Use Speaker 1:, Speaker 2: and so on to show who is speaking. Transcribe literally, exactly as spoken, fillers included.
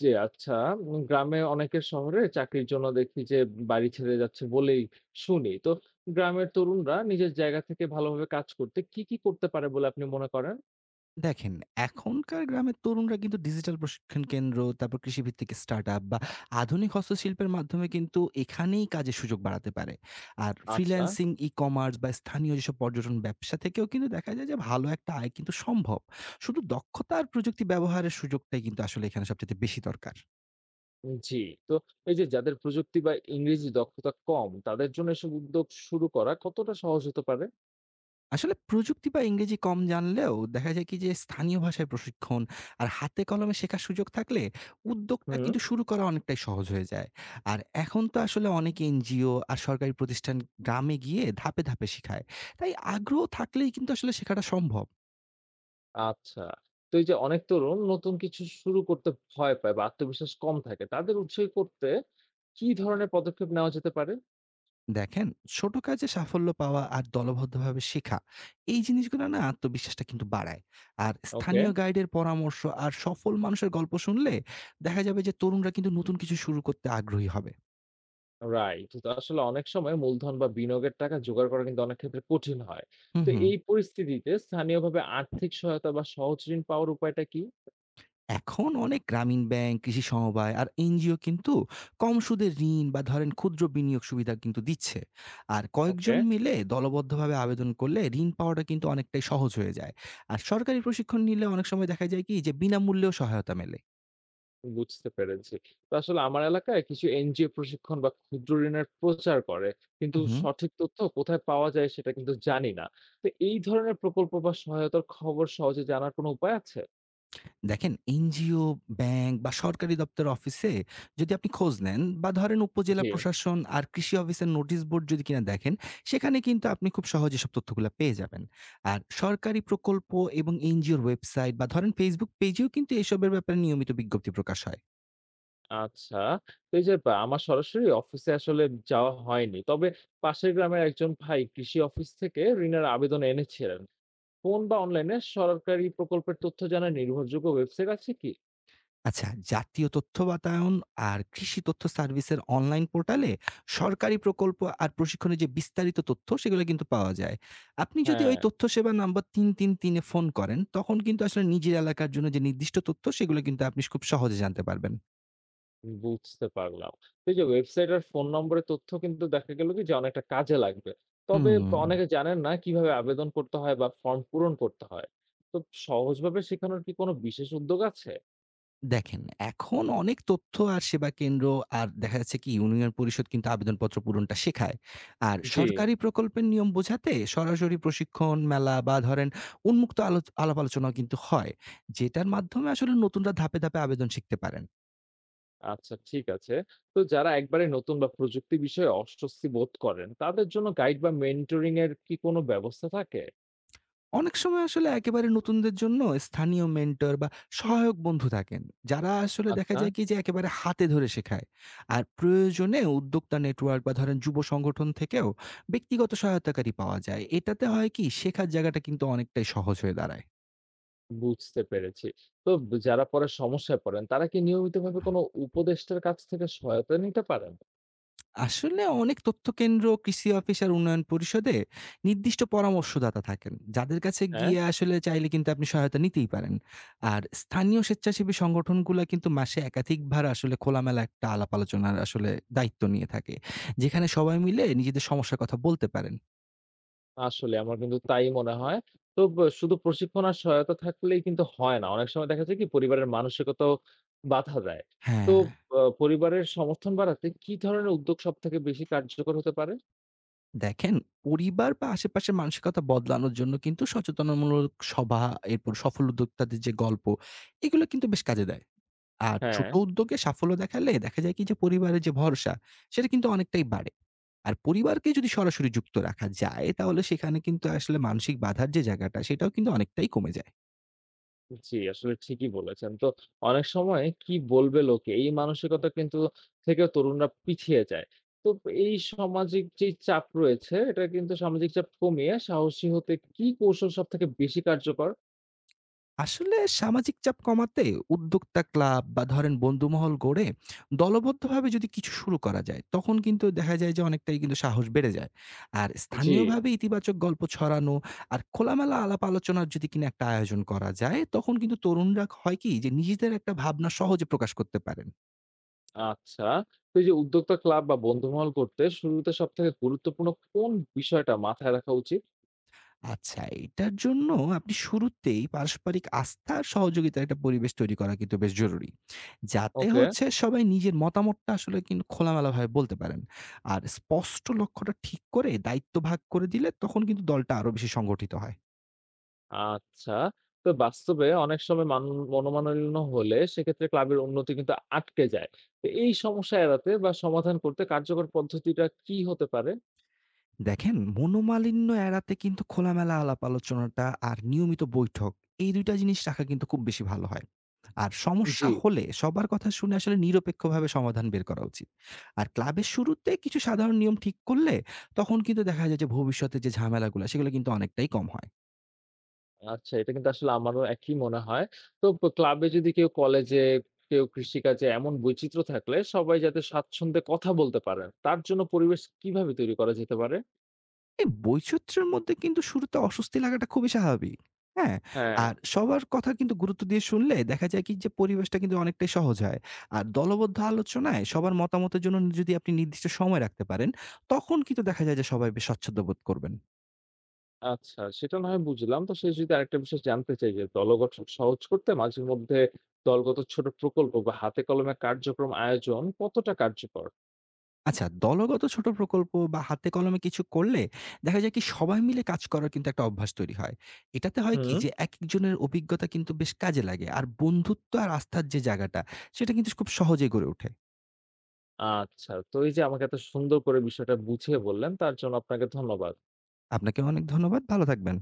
Speaker 1: জি, আচ্ছা। উম গ্রামে অনেকে শহরে চাকরির জন্য দেখি যে বাড়ি ছেড়ে যাচ্ছে বলেই শুনি। তো গ্রামের তরুণরা নিজের জায়গা থেকে ভালোভাবে কাজ করতে কি, কি করতে পারে বলে আপনি মনে করেন?
Speaker 2: দেখেন, এখনকার গ্রামের তরুণরা কিন্তু ডিজিটাল প্রশিক্ষণ কেন্দ্র, তারপর কৃষিভিত্তিক স্টার্টআপ বা আধুনিক হস্তশিল্পের মাধ্যমে কিন্তু এখানেই কাজের সুযোগ বাড়াতে পারে। আর
Speaker 1: আচ্ছা,
Speaker 2: ফ্রিল্যান্সিং, ই-কমার্স বা স্থানীয় যেসব পর্যটন ব্যবসা থেকেও কিন্তু দেখা যায় যে ভালো একটা আয় কিন্তু সম্ভব। শুধু দক্ষতা আর প্রযুক্তি ব্যবহারের সুযোগটাই কিন্তু আসলে এখানে সবচাইতে বেশি দরকার।
Speaker 1: জি। তো এই যে যাদের প্রযুক্তি বা ইংরেজি দক্ষতা কম, তাদের জন্য এসব উদ্যোগ শুরু করা কতটা সহজ হতে পারে?
Speaker 2: আসলে প্রযুক্তি বা ইংরেজি কম জানলেও দেখা যায় কি যে স্থানীয় ভাষায় প্রশিক্ষণ আর হাতে কলমে শেখার সুযোগ থাকলে উদ্যোগটা
Speaker 1: হুম,
Speaker 2: কিন্তু শুরু করা অনেকটাই সহজ হয়ে যায়। আর এখন তো আসলে অনেক এনজিও আর সরকারি প্রতিষ্ঠান গ্রামে গিয়ে ধাপে ধাপে শেখায়, তাই আগ্রহ থাকলেই কিন্তু আসলে শেখাটা সম্ভব।
Speaker 1: আচ্ছা। তো এই যে অনেক তরুণ নতুন কিছু শুরু করতে ভয় পায় বা আত্মবিশ্বাস কম থাকে, তাদের উৎসাহী করতে কি ধরনের পদক্ষেপ নেওয়া যেতে পারে?
Speaker 2: দেখেন, ছোট কাজে সাফল্য পাওয়া আর দলবদ্ধভাবে শেখা, এই জিনিসগুলো না আত্মবিশ্বাসটা কিন্তু বাড়ায়। আর
Speaker 1: ওকে।
Speaker 2: স্থানীয় গাইডের পরামর্শ আর সফল মানুষের গল্প শুনলে দেখা যাবে যে তরুণরা কিন্তু নতুন কিছু শুরু করতে আগ্রহী হবে।
Speaker 1: রাইট। তো আসলে অনেক সময় মূলধন বা বিনিয়োগের টাকা জোগাড় করা কিন্তু অনেক ক্ষেত্রে কঠিন হয়।
Speaker 2: হুম,
Speaker 1: তো
Speaker 2: হুম।
Speaker 1: এই পরিস্থিতিতে স্থানীয়ভাবে আর্থিক সহায়তা বা সহজ ঋণ পাওয়ার উপায়টা কি?
Speaker 2: এখন অনেক গ্রামীণ ব্যাংক, কৃষি সমবায় আর এনজিও কিন্তু কম সুদে ঋণ বা ধরেন ক্ষুদ্র বিনিয়োগ সুবিধা কিন্তু দিচ্ছে। আর
Speaker 1: ওকে,
Speaker 2: কয়েকজন মিলে দলবদ্ধভাবে আবেদন করলে ঋণ পাওয়াটা কিন্তু অনেকটাই সহজ হয়ে যায়। আর সরকারি প্রশিক্ষণ নিলে অনেক সময় দেখা যায় কি যে বিনামূল্যেও সহায়তা মেলে।
Speaker 1: বুঝতে পেরেছি। তো আসলে আমার এলাকায় কিছু এনজিও প্রশিক্ষণ বা ক্ষুদ্র ঋণের প্রচার করে। কিন্তু
Speaker 2: হুম, হুম।
Speaker 1: সঠিক তথ্য কোথায় পাওয়া যায় সেটা কিন্তু জানি না। তো এই ধরনের প্রকল্প বা সহায়তার খবর সহজে জানার কোনো উপায় আছে?
Speaker 2: দেখেন, এনজিও, ব্যাংক বা সরকারি দপ্তর অফিসে যদি আপনি খোঁজ নেন বা ধরেন উপজেলা
Speaker 1: জি।
Speaker 2: প্রশাসন আর কৃষি অফিসের নোটিশ বোর্ড যদি কিনা দেখেন, সেখানে কিন্তু আপনি খুব সহজে সব তথ্যগুলো পেয়ে যাবেন। আর সরকারি প্রকল্প এবং এনজিওর ওয়েবসাইট বা ধরেন ফেসবুক পেজেও কিন্তু এসবের ব্যাপারে নিয়মিত বিজ্ঞপ্তি প্রকাশ হয়।
Speaker 1: আচ্ছা। তো এই যে বা আমার সরাসরি অফিসে আসলে যাওয়া হয়নি। তবে পাশের গ্রামের একজন ভাই কৃষি অফিস থেকে ঋণের আবেদন এনেছিলেন। ফোন বা অনলাইনে সরকারি প্রকল্পের তথ্য জানার নির্ভরযোগ্য ওয়েবসাইট আছে কি?
Speaker 2: আচ্ছা, জাতীয় তথ্য বাতায়ন আর কৃষি তথ্য সার্ভিসের অনলাইন পোর্টালে সরকারি প্রকল্প আর প্রশিক্ষণের যে বিস্তারিত তথ্য সেগুলো কিন্তু পাওয়া যায়। আপনি যদি ওই
Speaker 1: হ্যাঁ,
Speaker 2: তথ্য সেবা নাম্বার তিনশো তেত্রিশ এ ফোন করেন তখন কিন্তু আসলে নিজের এলাকার জন্য যে নির্দিষ্ট তথ্য সেগুলো কিন্তু আপনি খুব সহজে জানতে পারবেন।
Speaker 1: বুঝতে পারলাম। তো এই যে ওয়েবসাইট আর ফোন নম্বরের তথ্য কিন্তু দেখা গেল কি যে অনেকটা কাজে লাগবে। তবে
Speaker 2: হুম।
Speaker 1: অনেকে জানেন না কিভাবে আবেদন করতে হয় বা ফর্ম পূরণ করতে হয়। তো সহজভাবে শেখানোর কি কোনো বিশেষ উদ্যোগ আছে?
Speaker 2: দেখেন, এখন অনেক তথ্য আর সেবা কেন্দ্র আর দেখা যাচ্ছে কি ইউনিয়ন পরিষদ কিন্তু আবেদনপত্র পূরণটা শেখায়। আর
Speaker 1: জি।
Speaker 2: সরকারি প্রকল্পের নিয়ম বোঝাতে সরাসরি প্রশিক্ষণ, মেলা বা ধরেন উন্মুক্ত আলো আলাপ আলোচনাও কিন্তু হয়। যেটার মাধ্যমে আসলে নতুনরা ধাপে, ধাপে আবেদন শিখতে পারেন।
Speaker 1: আচ্ছা ঠিক আছে। তো যারা একবারে নতুন বা প্রযুক্তি বিষয়ে অস্বস্তি বোধ করেন, তাদের জন্য গাইড বা মেন্টরিং এর কি কোনো ব্যবস্থা থাকে?
Speaker 2: অনেক সময় আসলে একেবারে নতুনদের জন্য স্থানীয় মেন্টর বা সহায়ক বন্ধু থাকেন, যারা আসলে দেখা
Speaker 1: আচ্ছা।
Speaker 2: যায় কি যে একেবারে হাতে ধরে শেখায়। আর প্রয়োজনে উদ্যোক্তা নেটওয়ার্ক বা ধরেন যুব সংগঠন থেকেও ব্যক্তিগত সহায়তাকারী পাওয়া যায়, এটাতে হয় কি শেখার জায়গাটা কিন্তু অনেকটাই সহজ হয়ে দাঁড়ায়।
Speaker 1: বুঝতে পেরেছি। তো ব যারা পরে সমস্যায় পড়েন, তারা কি নিয়মিতভাবে কোনো উপদেষ্টার কাছ থেকে সহায়তা নিতে পারেন?
Speaker 2: আসলে অনেক তথ্য কেন্দ্র, কৃষি অফিস আর উন্নয়ন পরিষদে নির্দিষ্ট পরামর্শদাতা থাকেন। যাদের কাছে
Speaker 1: হ্যাঁ।
Speaker 2: গিয়ে আসলে চাইলে কিন্তু আপনি সহায়তা নিতেই পারেন। আর স্থানীয় স্বেচ্ছাসেবী সংগঠনগুলা কিন্তু মাসে একাধিকবার আসলে খোলামেলা একটা আলাপ আলোচনার আসলে দায়িত্ব নিয়ে থাকে। যেখানে সবাই মিলে নিজেদের সমস্যার কথা বলতে পারেন।
Speaker 1: আসলে আমার কিন্তু তাই মনে হয়। তো ব শুধু প্রশিক্ষণ আর সহায়তা থাকলেই কিন্তু হয় না। অনেক সময় দেখা যায় কি পরিবারের মানসিকতাও বাধা দেয়। তো
Speaker 2: হ্যাঁ,
Speaker 1: আ পরিবারের সমর্থন বাড়াতে কি ধরনের উদ্যোগ সবথেকে বেশি কার্যকর হতে পারে?
Speaker 2: দেখেন, পরিবার বা আশেপাশের মানসিকতা বদলানোর জন্য কিন্তু সচেতনামূলক সভা, এরপর সফল উদ্যোক্তাদের যে গল্প, এগুলো কিন্তু বেশ কাজে দেয়। আর
Speaker 1: হ্যাঁ।
Speaker 2: ছোট উদ্যোগে সাফল্য দেখালে দেখা যায় কি যে পরিবারের যে ভরসা সেটা কিন্তু অনেকটাই বাড়ে। আর পরিবারকে যদি সরাসরি যুক্ত রাখা যায় তাহলে সেখানে কিন্তু আসলে মানসিক বাধার যে জায়গাটা সেটাও কিন্তু অনেকটাই কমে যায়।
Speaker 1: জি, আসলে ঠিকই বলেছেন। তো অনেক সময় কি বলবে লোকে এই মানসিকতা কিন্তু থেকেও তরুণরা পিছিয়ে যায়। তো এই সামাজিক যেই চাপ রয়েছে এটা কিন্তু সামাজিক চাপ কমিয়ে সাহসী হতে কি কৌশল সবথেকে বেশি কার্যকর?
Speaker 2: আসলে সামাজিক চাপ কমাতে উদ্যোক্তা ক্লাব বা ধরেন বন্ধুমহল গড়ে দলবদ্ধভাবে যদি কিছু শুরু করা যায় তখন কিন্তু দেখা যায় যে অনেকটাই কিন্তু সাহস বেড়ে যায়। আর
Speaker 1: জি।
Speaker 2: স্থানীয়ভাবে ইতিবাচক গল্প ছড়ানো আর খোলামেলা আলাপ আলোচনার যদি কিনা একটা আয়োজন করা যায় তখন কিন্তু তরুণরা হয় কি যে নিজেদের একটা ভাবনা সহজে প্রকাশ করতে পারেন।
Speaker 1: আচ্ছা। তো এই যে উদ্যোক্তা ক্লাব বা বন্ধুমহল করতে শুরুতে সবথেকে গুরুত্বপূর্ণ কোন বিষয়টা মাথায় রাখা উচিত?
Speaker 2: আচ্ছা, এটার জন্য আপনি শুরুতেই পারস্পরিক আস্থা আর সহযোগিতার একটা পরিবেশ তৈরি করা কিন্তু বেশ জরুরি। যাতে
Speaker 1: ওকে।
Speaker 2: হচ্ছে সবাই নিজের মতামতটা আসলে কিন্তু খোলামেলাভাবে বলতে পারেন। আর স্পষ্ট লক্ষ্যটা ঠিক করে দায়িত্ব ভাগ করে দিলে তখন কিন্তু দলটা আরো বেশি সংগঠিত হয়।
Speaker 1: আচ্ছা। তো বাস্তবে অনেক সময় মান মনোমালিন্য হলে সেক্ষেত্রে ক্লাবের উন্নতি কিন্তু আটকে যায়। তো এই সমস্যা এড়াতে বা সমাধান করতে কার্যকর পদ্ধতিটা কি হতে পারে?
Speaker 2: দেখেন, মনোমালিন্য এড়াতে কিন্তু খোলামেলা আলাপ আলোচনাটা আর নিয়মিত বৈঠক, এই দুই টা জিনিস রাখা কিন্তু খুব বেশি ভালো হয়। আর সমস্যা
Speaker 1: জি।
Speaker 2: হলে সবার কথা শুনে আসলে নিরপেক্ষভাবে সমাধান বের করা উচিত। আর ক্লাবের শুরুতে কিছু সাধারণ নিয়ম ঠিক করলে তখন কিন্তু দেখা যায় যে ভবিষ্যতে যে ঝামেলাগুলা সেগুলো কিন্তু অনেকটাই কম হয়।
Speaker 1: আচ্ছা, এটা কিন্তু আসলে আমারও একই মনে হয়। তো প ক্লাবে যদি কেউ কলেজে, কেউ কৃষিকাজে এমন বৈচিত্র্য থাকলে সবাই যাতে স্বাচ্ছন্দ্যে কথা বলতে পারেন, তার জন্য পরিবেশ কিভাবে তৈরি করা যেতে পারে?
Speaker 2: এই বৈচিত্র্যের মধ্যে কিন্তু শুরুতে অস্বস্তি লাগাটা খুবই স্বাভাবিক। হ্যাঁ?
Speaker 1: হ্যাঁ।
Speaker 2: আর সবার কথা কিন্তু গুরুত্ব দিয়ে শুনলে দেখা যায় কি যে পরিবেশটা কিন্তু অনেকটাই সহজ হয়। আর দলবদ্ধ আলোচনায় সবার মতামতের জন্য যদি আপনি নির্দিষ্ট সময় রাখতে পারেন, তখন কিন্তু দেখা যায় যে সবাই বেশ স্বচ্ছন্দ বোধ করবেন।
Speaker 1: আচ্ছা, সেটা না হয় বুঝলাম। তো শেষ যদি আরেকটা বিষয় জানতে চাই যে দলগঠন সহজ করতে মাঝে মধ্যে দলগত ছোট প্রকল্প বা হাতে কলমে কার্যক্রম আয়োজন কতটা কার্যকর?
Speaker 2: আচ্ছা, দলগত ছোট প্রকল্প বা হাতে কলমে কিছু করলে দেখা যায় কি সবাই মিলে কাজ করার কিন্তু একটা অভ্যাস তৈরি হয়। এটাতে হয় কি
Speaker 1: হুম।
Speaker 2: যে একেকজনের অভিজ্ঞতা কিন্তু বেশ কাজে লাগে। আর বন্ধুত্ব আর আস্থার যে জায়গাটা সেটা কিন্তু খুব সহজেই গড়ে ওঠে।
Speaker 1: আচ্ছা, তো এই যে আমাকে এত সুন্দর করে বিষয়টা বুঝিয়ে বললেন তার জন্য আপনাকে ধন্যবাদ।
Speaker 2: আপনাকে অনেক ধন্যবাদ। ভালো থাকবেন।